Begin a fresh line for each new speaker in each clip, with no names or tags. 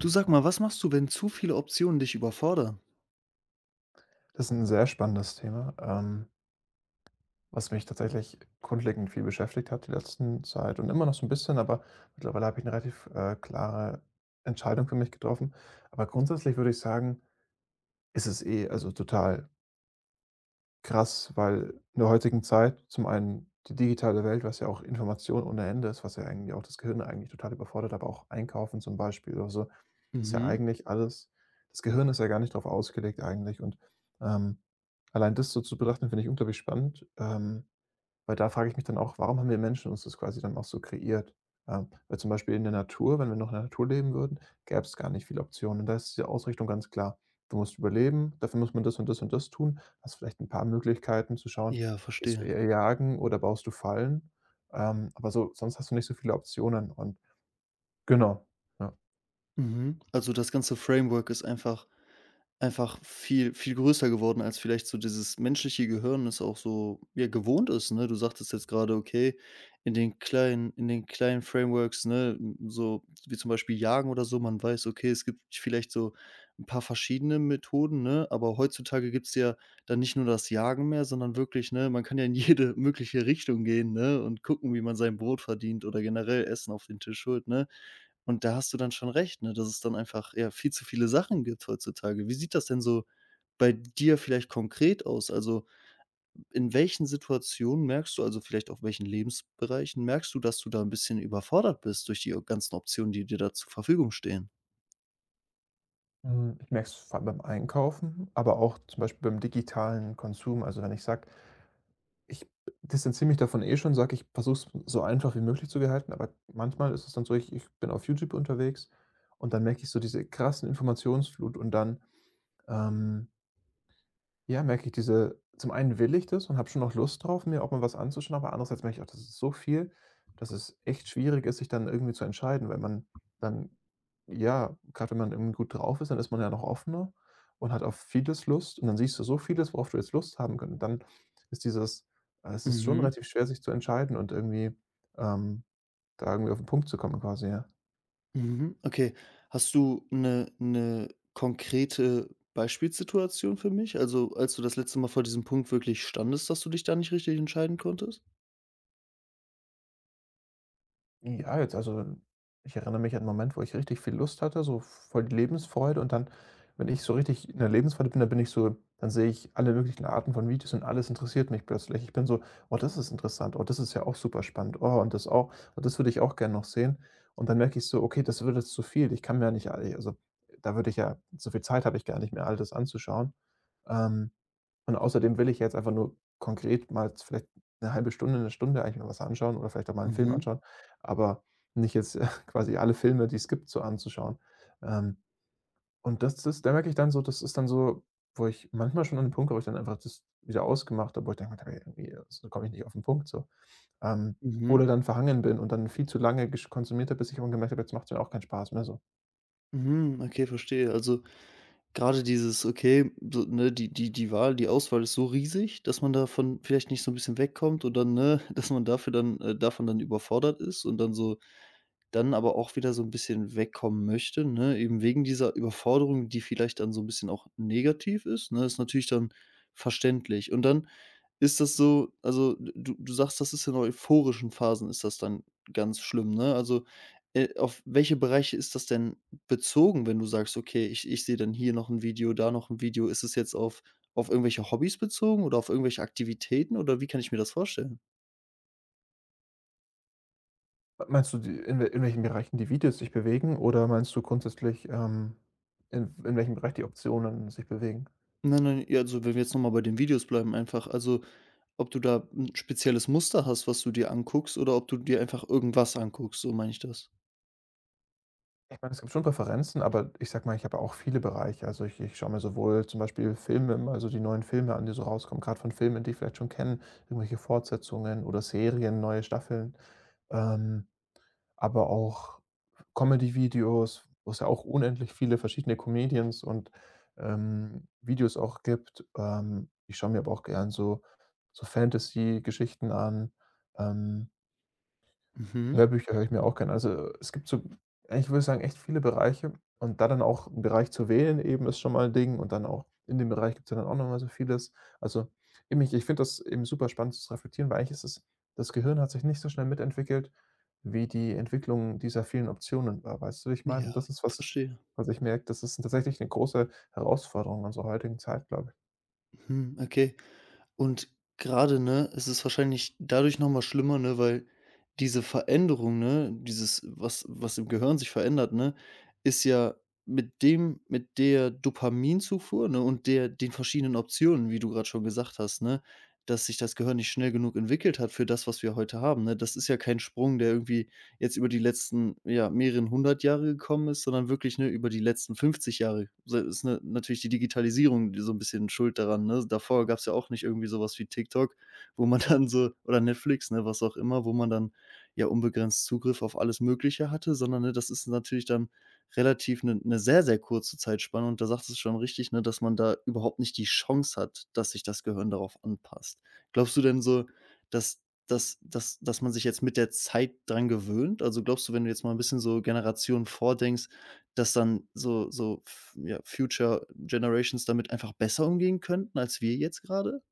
Du sag mal, was machst du, wenn zu viele Optionen dich überfordern?
Das ist ein sehr spannendes Thema, was mich tatsächlich grundlegend viel beschäftigt hat die letzten Zeit und immer noch so ein bisschen, aber mittlerweile habe ich eine relativ, klare Entscheidung für mich getroffen. Aber grundsätzlich würde ich sagen, ist es eh also total krass, weil in der heutigen Zeit zum einen die digitale Welt, was ja auch Information ohne Ende ist, was ja eigentlich auch das Gehirn eigentlich total überfordert, aber auch Einkaufen zum Beispiel oder so. Ist ja
Mhm.
eigentlich alles das Gehirn ist ja gar nicht darauf ausgelegt eigentlich und, ähm, allein das so zu betrachten, finde ich unglaublich spannend, weil da frage ich mich dann auch: „Warum haben wir Menschen uns das quasi dann auch so kreiert?“ Weil zum Beispiel in der Natur, wenn wir noch in der Natur leben würden, gäbe es gar nicht viele Optionen. Und da ist die Ausrichtung ganz klar. Du musst überleben, dafür muss man das und das und das tun. Hast vielleicht ein paar Möglichkeiten zu schauen,
Ja,
gehst du
verstehe.
eher jagen oder baust du Fallen? Aber so sonst hast du nicht so viele Optionen und genau, ja.
Mhm. Also das ganze Framework ist einfach viel viel größer geworden, als vielleicht so dieses menschliche Gehirn es auch so, ja, gewohnt ist, ne? Du sagtest jetzt gerade, okay, in den kleinen Frameworks, ne, so wie zum Beispiel Jagen oder so, man weiß, okay, es gibt vielleicht so ein paar verschiedene Methoden, ne, aber heutzutage gibt's ja dann nicht nur das Jagen mehr, sondern wirklich, ne, man kann ja in jede mögliche Richtung gehen, ne, und gucken, wie man sein Brot verdient oder generell Essen auf den Tisch holt, ne? Und da hast du dann schon recht, ne, dass es dann einfach, ja, viel zu viele Sachen gibt heutzutage. Wie sieht das denn so bei dir vielleicht konkret aus? Also, in welchen Situationen merkst du, also vielleicht auch welchen Lebensbereichen merkst du, dass du da ein bisschen überfordert bist durch die ganzen Optionen, die dir da zur Verfügung stehen?
Hm, ich merke es vor allem beim Einkaufen, aber auch zum Beispiel beim digitalen Konsum. Also, wenn ich sage, ich distanziere mich davon eh schon, sage, ich versuche es so einfach wie möglich zu gestalten, aber manchmal ist es dann so, ich bin auf YouTube unterwegs und dann merke ich so diese krassen Informationsflut und dann, ähm ja, merke ich diese zum einen will ich das und habe schon noch Lust drauf, mir auch mal was anzuschauen, aber andererseits merke ich auch, das ist so viel, dass es echt schwierig ist, sich dann irgendwie zu entscheiden, weil man dann ja, gerade, wenn man irgendwie gut drauf ist, dann ist man ja noch offener und hat auf vieles Lust und dann siehst du so vieles, worauf du jetzt Lust haben könntest. Dann ist dieses es ist schon
Mhm,
relativ schwer, sich zu entscheiden und irgendwie, ähm, da irgendwie auf 'n Punkt zu kommen quasi, ja.
mhm, okay. Hast du eine konkrete Beispielssituation für mich? Also, als du das letzte Mal vor diesem Punkt wirklich standest, dass du dich da nicht richtig entscheiden konntest?
Ja, jetzt also, ich erinnere mich an einen Moment, wo ich richtig viel Lust hatte, so voll die Lebensfreude und dann, wenn ich so richtig in der Lebensfreude bin, dann bin ich so dann sehe ich alle möglichen Arten von Videos und alles interessiert mich plötzlich. Ich bin so: „Oh, das ist interessant. Oh, das ist ja auch super spannend. Oh, und das auch. Und das würde ich auch gerne noch sehen.“ Und dann merke ich so: „Okay, das wird jetzt zu viel. Ich kann mir ja nicht all also, da würde ich ja so viel Zeit habe ich gar nicht mehr, all das anzuschauen.“ Ähm und außerdem will ich jetzt einfach nur konkret mal vielleicht eine halbe Stunde, eine Stunde eigentlich mir was anschauen oder vielleicht auch mal einen Film
Mhm,
anschauen, aber nicht jetzt quasi alle Filme, die es gibt, so anzuschauen. Ähm, und das ist da merke ich dann so das ist dann so, wo ich manchmal schon an den Punkt komme, wo ich dann einfach das wieder ausgemacht habe, wo ich denke: „Okay, irgendwie so komme ich nicht auf den Punkt so.“ Ähm,
mhm,
oder dann verhangen bin und dann viel zu lange gesch konsumiert habe, bis ich irgendwann gemerkt habe, jetzt macht's mir auch keinen Spaß mehr so.
mhm, okay, verstehe. Also, gerade dieses, okay, so, ne, die Auswahl ist so riesig, dass man davon vielleicht nicht so ein bisschen wegkommt und dann, ne, dass man dafür dann davon dann überfordert ist und dann so dann aber auch wieder so ein bisschen wegkommen möchte, ne, eben wegen dieser Überforderung, die vielleicht dann so ein bisschen auch negativ ist, ne? Ist natürlich dann verständlich. Und dann ist das so, also, du sagst, das ist in euphorischen Phasen ist das dann ganz schlimm, ne? Also, auf welche Bereiche ist das denn bezogen, wenn du sagst: „Okay, ich sehe dann hier noch ein Video, da noch ein Video.“ Ist es jetzt auf irgendwelche Hobbys bezogen oder auf irgendwelche Aktivitäten oder wie kann ich mir das vorstellen?
Meinst du die in welchen Bereichen die Videos sich bewegen oder meinst du grundsätzlich, in welchem Bereich die Optionen sich bewegen?
Nein, nein, ja, also, wenn wir jetzt noch mal bei den Videos bleiben einfach. Also, ob du da ein spezielles Muster hast, was du dir anguckst oder ob du dir einfach irgendwas anguckst, so meine ich das.
Ich meine, es gibt schon Präferenzen, aber ich sage mal, ich habe auch viele Bereiche. Also, ich schaue mir sowohl zum Beispiel Filme also die neuen Filme an, die so rauskommen, gerade von Filmen, die ich vielleicht schon kenne, irgendwelche Fortsetzungen oder Serien, neue Staffeln. Ähm, aber auch Comedy-Videos, wo es ja auch unendlich viele verschiedene Comedians und, Videos auch gibt. Ich schaue mir aber auch gern so so Fantasy-Geschichten an. Ähm
Mhm.
Hörbücher höre ich mir auch gerne. Also, es gibt so ich würde sagen, echt viele Bereiche und da dann auch einen Bereich zu wählen eben ist schon mal ein Ding und dann auch in dem Bereich gibt's ja dann auch noch mal so vieles. Also, eben ich finde das eben super spannend zu reflektieren, weil eigentlich ist es das Gehirn hat sich nicht so schnell mitentwickelt, wie die Entwicklung dieser vielen Optionen war. Weißt du, wie ich meine?
Ja,
Und das ist,
verstehe.
was ich merke, das ist tatsächlich eine große Herausforderung unserer heutigen Zeit, glaube ich.
Mhm, okay. Und gerade, ne, es ist wahrscheinlich dadurch noch mal schlimmer, ne, weil diese Veränderung, ne, dieses was im Gehirn sich verändert, ne, ist ja mit der Dopaminzufuhr, ne, und der den verschiedenen Optionen, wie du gerade schon gesagt hast, ne, dass sich das Gehirn nicht schnell genug entwickelt hat für das, was wir heute haben, ne? Das ist ja kein Sprung, der irgendwie jetzt über die letzten, ja, mehreren hundert Jahre gekommen ist, sondern wirklich, ne, über die letzten 50 Jahre. So ist natürlich die Digitalisierung so ein bisschen schuld daran, ne? Davor gab es ja auch nicht irgendwie sowas wie TikTok, wo man dann so oder Netflix, ne, was auch immer, wo man dann, ja, unbegrenzt Zugriff auf alles Mögliche hatte, sondern, ne, das ist natürlich dann relativ eine 'ne sehr, sehr kurze Zeitspanne und da sagt es schon richtig, ne, dass man da überhaupt nicht die Chance hat, dass sich das Gehirn darauf anpasst. Glaubst du denn so, dass dass man sich jetzt mit der Zeit dran gewöhnt? Also, glaubst du, wenn du jetzt mal ein bisschen so Generationen vordenkst, dass dann so so f ja, Future Generations damit einfach besser umgehen könnten als wir jetzt gerade.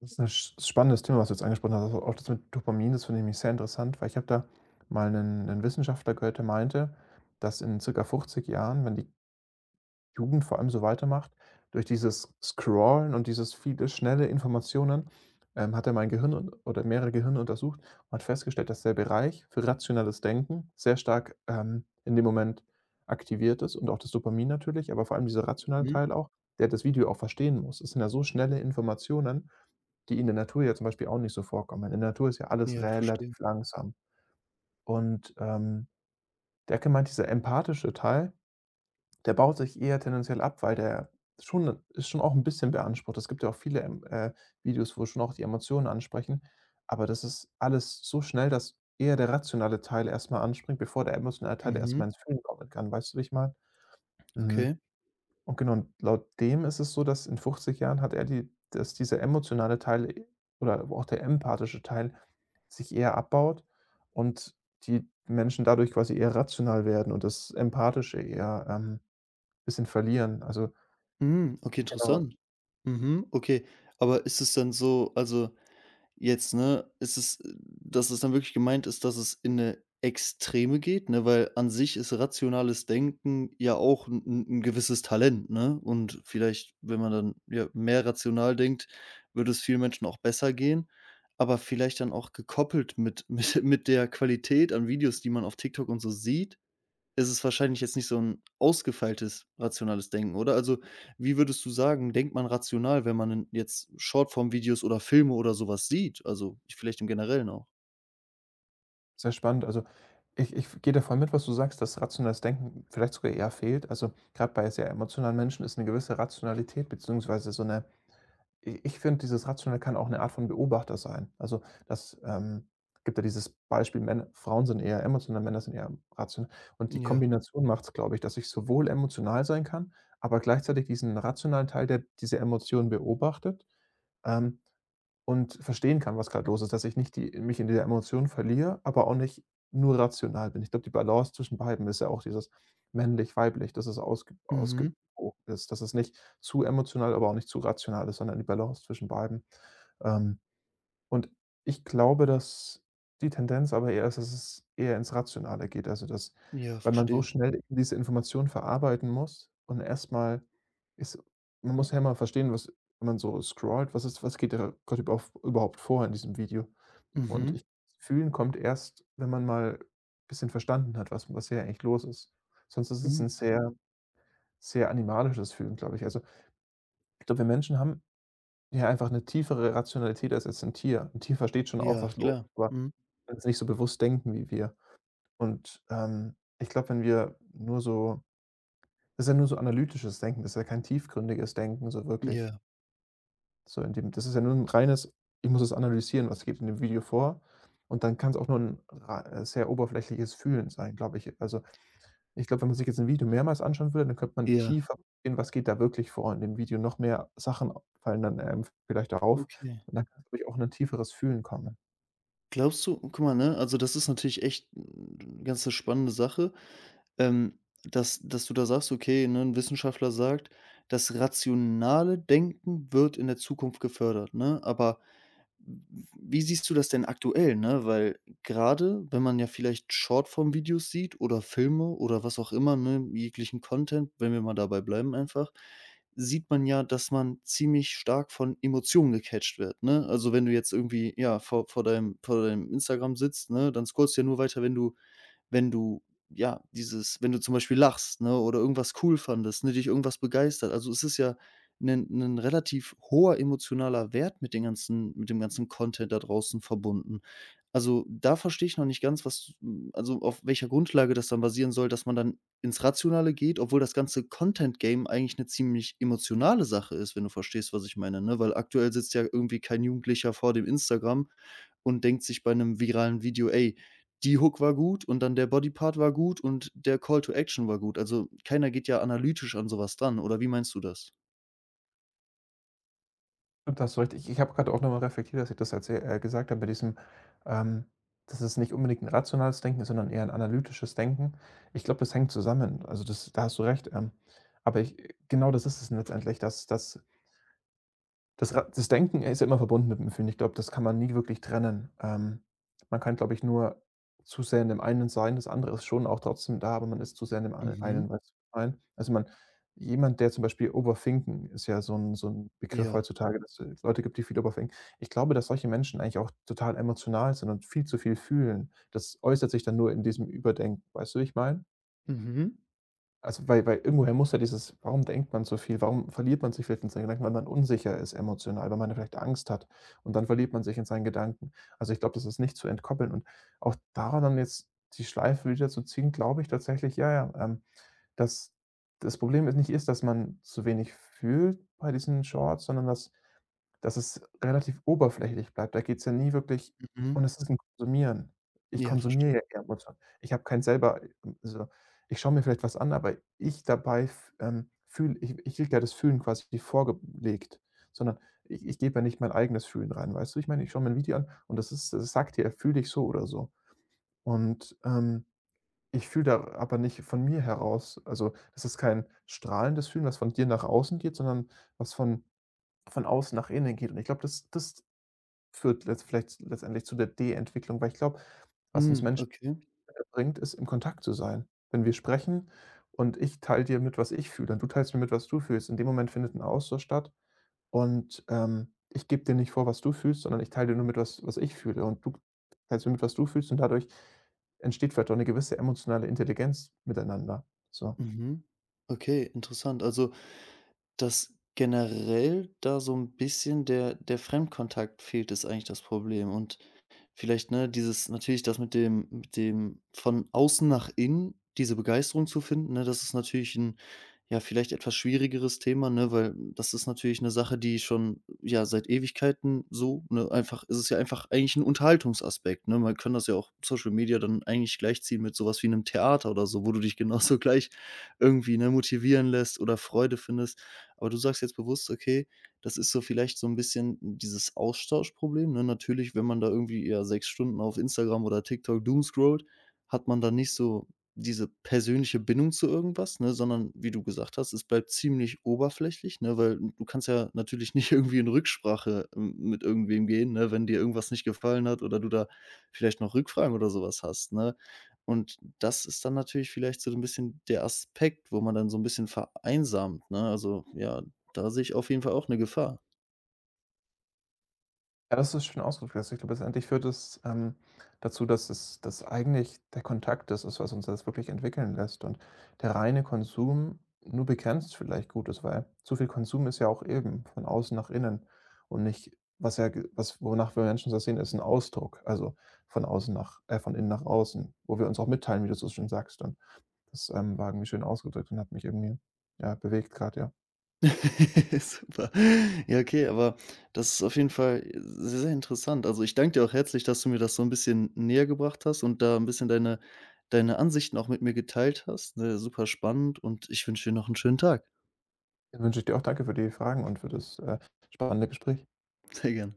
Das ist ein spannendes Thema, was du jetzt angesprochen hast. Also, auch das mit Dopamin, das finde ich sehr interessant, weil ich habe da mal einen 'nen Wissenschaftler gehört, der meinte, dass in circa 50 Jahren, wenn die Jugend vor allem so weitermacht, durch dieses Scrollen und dieses viele schnelle Informationen, hat er mein Gehirn un oder mehrere Gehirne untersucht und hat festgestellt, dass der Bereich für rationales Denken sehr stark, in dem Moment aktiviert ist und auch das Dopamin natürlich, aber vor allem dieser rationale
Mhm.
Teil auch, der das Video auch verstehen muss. Es sind ja so schnelle Informationen, die in der Natur ja zum Beispiel auch nicht so vorkommen. In der Natur ist ja alles
Ja, verstehe.
relativ langsam. Und, Decke meint, dieser empathische Teil, der baut sich eher tendenziell ab, weil der schon ist schon auch ein bisschen beansprucht. Es gibt ja auch viele, Videos, wo schon auch die Emotionen ansprechen, aber das ist alles so schnell, dass eher der rationale Teil erstmal anspringt, bevor der emotionale Teil
Mhm,
erstmal ins Fühlen kommen kann. Weißt du, wie ich meine? Mhm.
okay.
Und genau, und laut dem ist es so, dass in 50 Jahren hat er die dass dieser emotionale Teil oder auch der empathische Teil sich eher abbaut und die Menschen dadurch quasi eher rational werden und das Empathische eher, bisschen verlieren. Also,
Mhm, okay,
genau,
interessant. Mhm, okay. Aber ist es dann so, also jetzt, ne, ist es dass es dann wirklich gemeint ist, dass es in eine Extreme geht, ne? Weil an sich ist rationales Denken ja auch ein 'n 'n gewisses Talent, ne? Und vielleicht, wenn man dann, ja, mehr rational denkt, würde es vielen Menschen auch besser gehen. Aber vielleicht dann auch gekoppelt mit mit der Qualität an Videos, die man auf TikTok und so sieht, ist es wahrscheinlich jetzt nicht so ein ausgefeiltes rationales Denken, oder? Also, wie würdest du sagen, denkt man rational, wenn man 'nen jetzt Shortform-Videos oder Filme oder sowas sieht? Also, vielleicht im Generellen auch.
sehr spannend. Also, ich gehe da voll mit, was du sagst, dass rationales Denken vielleicht sogar eher fehlt. Also, gerade bei sehr emotionalen Menschen ist eine gewisse Rationalität beziehungsweise so eine I ich finde, dieses Rationale kann auch eine Art von Beobachter sein. Also, das, gibt ja dieses Beispiel, Männ Frauen sind eher emotional, Männer sind eher rational. Und die
Ja.
Kombination macht es, glaube ich, dass ich sowohl emotional sein kann, aber gleichzeitig diesen rationalen Teil, der diese Emotionen beobachtet, ähm und verstehen kann, was gerade los ist, dass ich nicht die mich in dieser Emotion verliere, aber auch nicht nur rational bin. Ich glaube, die Balance zwischen beiden ist ja auch dieses männlich-weiblich, dass es ausgewogen
Mhm.
ist, dass es nicht zu emotional, aber auch nicht zu rational ist, sondern die Balance zwischen beiden. Ähm, und ich glaube, dass die Tendenz aber eher ist, dass es eher ins Rationale geht. Also, dass
Ja,
weil man so
verstehe.
schnell eben diese Information verarbeiten muss und erstmal ist man muss ja mal verstehen, was wenn man so scrollt, was ist was geht da Gott überhaupt vor in diesem Video? Und
Mhm.
ich Fühlen kommt erst, wenn man mal ein bisschen verstanden hat, was was hier eigentlich los ist. Sonst ist es ein
Mhm.
sehr, sehr animalisches Fühlen, glaube ich. Also, ich glaube, wir Menschen haben ja einfach eine tiefere Rationalität als jetzt ein Tier. Ein Tier versteht schon auch,
Ja,
was los
klar.
ist.
Mhm.
Wenn's nicht so bewusst denken wie wir. Und, ich glaube, wenn wir nur so das ist ja nur so analytisches Denken, das ist ja kein tiefgründiges Denken so wirklich.
Ja,
So in dem das ist ja nur ein reines: „Ich muss es analysieren, was geht in dem Video vor?“ Und dann kann es auch nur ein rei sehr oberflächliches Fühlen sein, glaube ich. Also, ich glaube, wenn man sich jetzt ein Video mehrmals anschauen würde, dann könnte man
ja,
tiefer gehen, was geht da wirklich vor in dem Video. Noch mehr Sachen fallen dann, vielleicht auf
okay.
und dann kann's, glaube ich, auch in 'n tieferes Fühlen kommen.
Glaubst du, guck mal, ne, also das ist natürlich echt 'n ganz 'ne spannende Sache, ähm, dass du da sagst, okay, ne, 'n Wissenschaftler sagt, das rationale Denken wird in der Zukunft gefördert, ne? Aber wie siehst du das denn aktuell, ne? Weil gerade, wenn man ja vielleicht Shortform-Videos sieht oder Filme oder was auch immer, ne, jeglichen Content, wenn wir mal dabei bleiben einfach, sieht man ja, dass man ziemlich stark von Emotionen gecatcht wird, ne? Also, wenn du jetzt irgendwie, ja, vor deinem Instagram sitzt, ne, dann scrollst du ja nur weiter, wenn du wenn du zum Beispiel lachst, ne, oder irgendwas cool fandest, ne, dich irgendwas begeistert. Also, es ist ja ein relativ hoher emotionaler Wert mit den ganzen mit dem ganzen Content da draußen verbunden. Also, da verstehe ich noch nicht ganz, was, also, auf welcher Grundlage das dann basieren soll, dass man dann ins Rationale geht, obwohl das ganze Content-Game eigentlich eine ziemlich emotionale Sache ist, wenn du verstehst, was ich meine, ne? Weil aktuell sitzt ja irgendwie kein Jugendlicher vor dem Instagram und denkt sich bei einem viralen Video: „Ey, die Hook war gut und dann der Bodypart war gut und der Call to Action war gut.“ Also, keiner geht ja analytisch an sowas dran, oder wie meinst du das?
Stimmt, da hast du recht. Ich habe gerade auch nochmal reflektiert, dass ich das erzäh gesagt habe bei diesem, ähm, dass es nicht unbedingt ein rationales Denken ist, sondern eher ein analytisches Denken. Ich glaube, das hängt zusammen. Also, das da hast du recht. Aber ich genau das ist es letztendlich, dass dass das Ra das Denken ist ja immer verbunden mit dem Empfinden. Ich glaube, das kann man nie wirklich trennen. Man kann, glaube ich, nur zu sehr in dem einen sein. Das andere ist schon auch trotzdem da, aber man ist zu sehr in dem ei
Mhm.
einen, weißt du, was ich meine? Also, man jemand, der zum Beispiel overthinken ist ja so ein so 'n Begriff
Ja.
heutzutage, dass es Leute gibt, die viel overthinken. Ich glaube, dass solche Menschen eigentlich auch total emotional sind und viel zu viel fühlen. Das äußert sich dann nur in diesem Überdenken. Weißt du, wie ich meine?
Mhm.
Also, weil irgendwoher muss ja dieses warum denkt man so viel? Warum verliert man sich vielleicht in seinen Gedanken? Weil man unsicher ist emotional, weil man ja vielleicht Angst hat und dann verliert man sich in seinen Gedanken. Also, ich glaube, das ist nicht zu entkoppeln und auch daran dann jetzt die Schleife wieder zu ziehen, glaube ich tatsächlich, ja, ja, dass das Problem ist nicht ist, dass man zu wenig fühlt bei diesen Shorts, sondern dass dass es relativ oberflächlich bleibt. Da geht's ja nie wirklich und
Mhm.
es ist 'n Konsumieren. Ich
Ja, verstehe.
konsumiere ja eher Mutter. Ich habe kein selber also, ich schaue mir vielleicht was an, aber ich dabei f fühle ich ich kriege ja das Fühlen quasi vorgelegt, sondern ich gebe ja nicht mein eigenes Fühlen rein, weißt du? Ich meine, ich schaue mir 'n Video an und das ist das sagt dir: „Fühle dich so oder so.“ Und, ich fühle da aber nicht von mir heraus. Also, das ist kein strahlendes Fühlen, was von dir nach außen geht, sondern was von außen nach innen geht. Und ich glaube, das das führt letzt vielleicht letztendlich zu der De-Entwicklung, weil ich glaube, was uns
Mhm,
Menschen
okay.
bringt, ist, im Kontakt zu sein. Wenn wir sprechen und ich teile dir mit, was ich fühle und du teilst mir mit, was du fühlst, in dem Moment findet ein Austausch statt und, ich gebe dir nicht vor, was du fühlst, sondern ich teile dir nur mit, was was ich fühle und du teilst mir mit, was du fühlst und dadurch entsteht vielleicht auch 'ne gewisse emotionale Intelligenz miteinander, so.
Mhm. Okay, interessant. Also, dass generell da so 'n bisschen der Fremdkontakt fehlt, ist eigentlich das Problem. Und vielleicht, ne, dieses natürlich das mit dem von außen nach innen, diese Begeisterung zu finden, ne? Das ist natürlich ein, ja, vielleicht etwas schwierigeres Thema, ne, weil das ist natürlich eine Sache, die schon, ja, seit Ewigkeiten so, ne, einfach, es ist ja einfach eigentlich ein Unterhaltungsaspekt, ne? Man kann das ja auch Social Media dann eigentlich gleichziehen mit sowas wie einem Theater oder so, wo du dich genauso gleich irgendwie, ne, motivieren lässt oder Freude findest. Aber du sagst jetzt bewusst: „Okay, das ist so vielleicht so ein bisschen dieses Austauschproblem, ne?“ Natürlich, wenn man da irgendwie, ja, 6 Stunden auf Instagram oder TikTok doomscrollt, hat man da nicht so diese persönliche Bindung zu irgendwas, ne, sondern wie du gesagt hast, es bleibt ziemlich oberflächlich, ne, weil du kannst ja natürlich nicht irgendwie in Rücksprache m mit irgendwem gehen, ne, wenn dir irgendwas nicht gefallen hat oder du da vielleicht noch Rückfragen oder sowas hast, ne? Und das ist dann natürlich vielleicht so ein bisschen der Aspekt, wo man dann so ein bisschen vereinsamt, ne? Also, ja, da sehe ich auf jeden Fall auch 'ne Gefahr.
Ja, das ist schön ausgedrückt. Also, ich glaube, letztendlich führt es, dazu, dass es dass eigentlich der Kontakt das ist, was uns das wirklich entwickeln lässt und der reine Konsum nur begrenzt vielleicht gut ist, weil zu viel Konsum ist ja auch eben von außen nach innen und nicht was ja ge was wonach wir Menschen das sehen, ist ein Ausdruck, also, von außen nach von innen nach außen, wo wir uns auch mitteilen, wie du so schön sagst und das, war irgendwie schön ausgedrückt und hat mich irgendwie, ja, bewegt gerade. Ja.
Super. Ja, okay, aber das ist auf jeden Fall sehr, sehr interessant. Also, ich danke dir auch herzlich, dass du mir das so 'n bisschen näher gebracht hast und da 'n bisschen deine Ansichten auch mit mir geteilt hast, ne? Super spannend und ich wünsche dir noch 'n schönen Tag.
Dann wünsche ich dir auch danke für die Fragen und für das, spannende Gespräch.
Sehr gerne.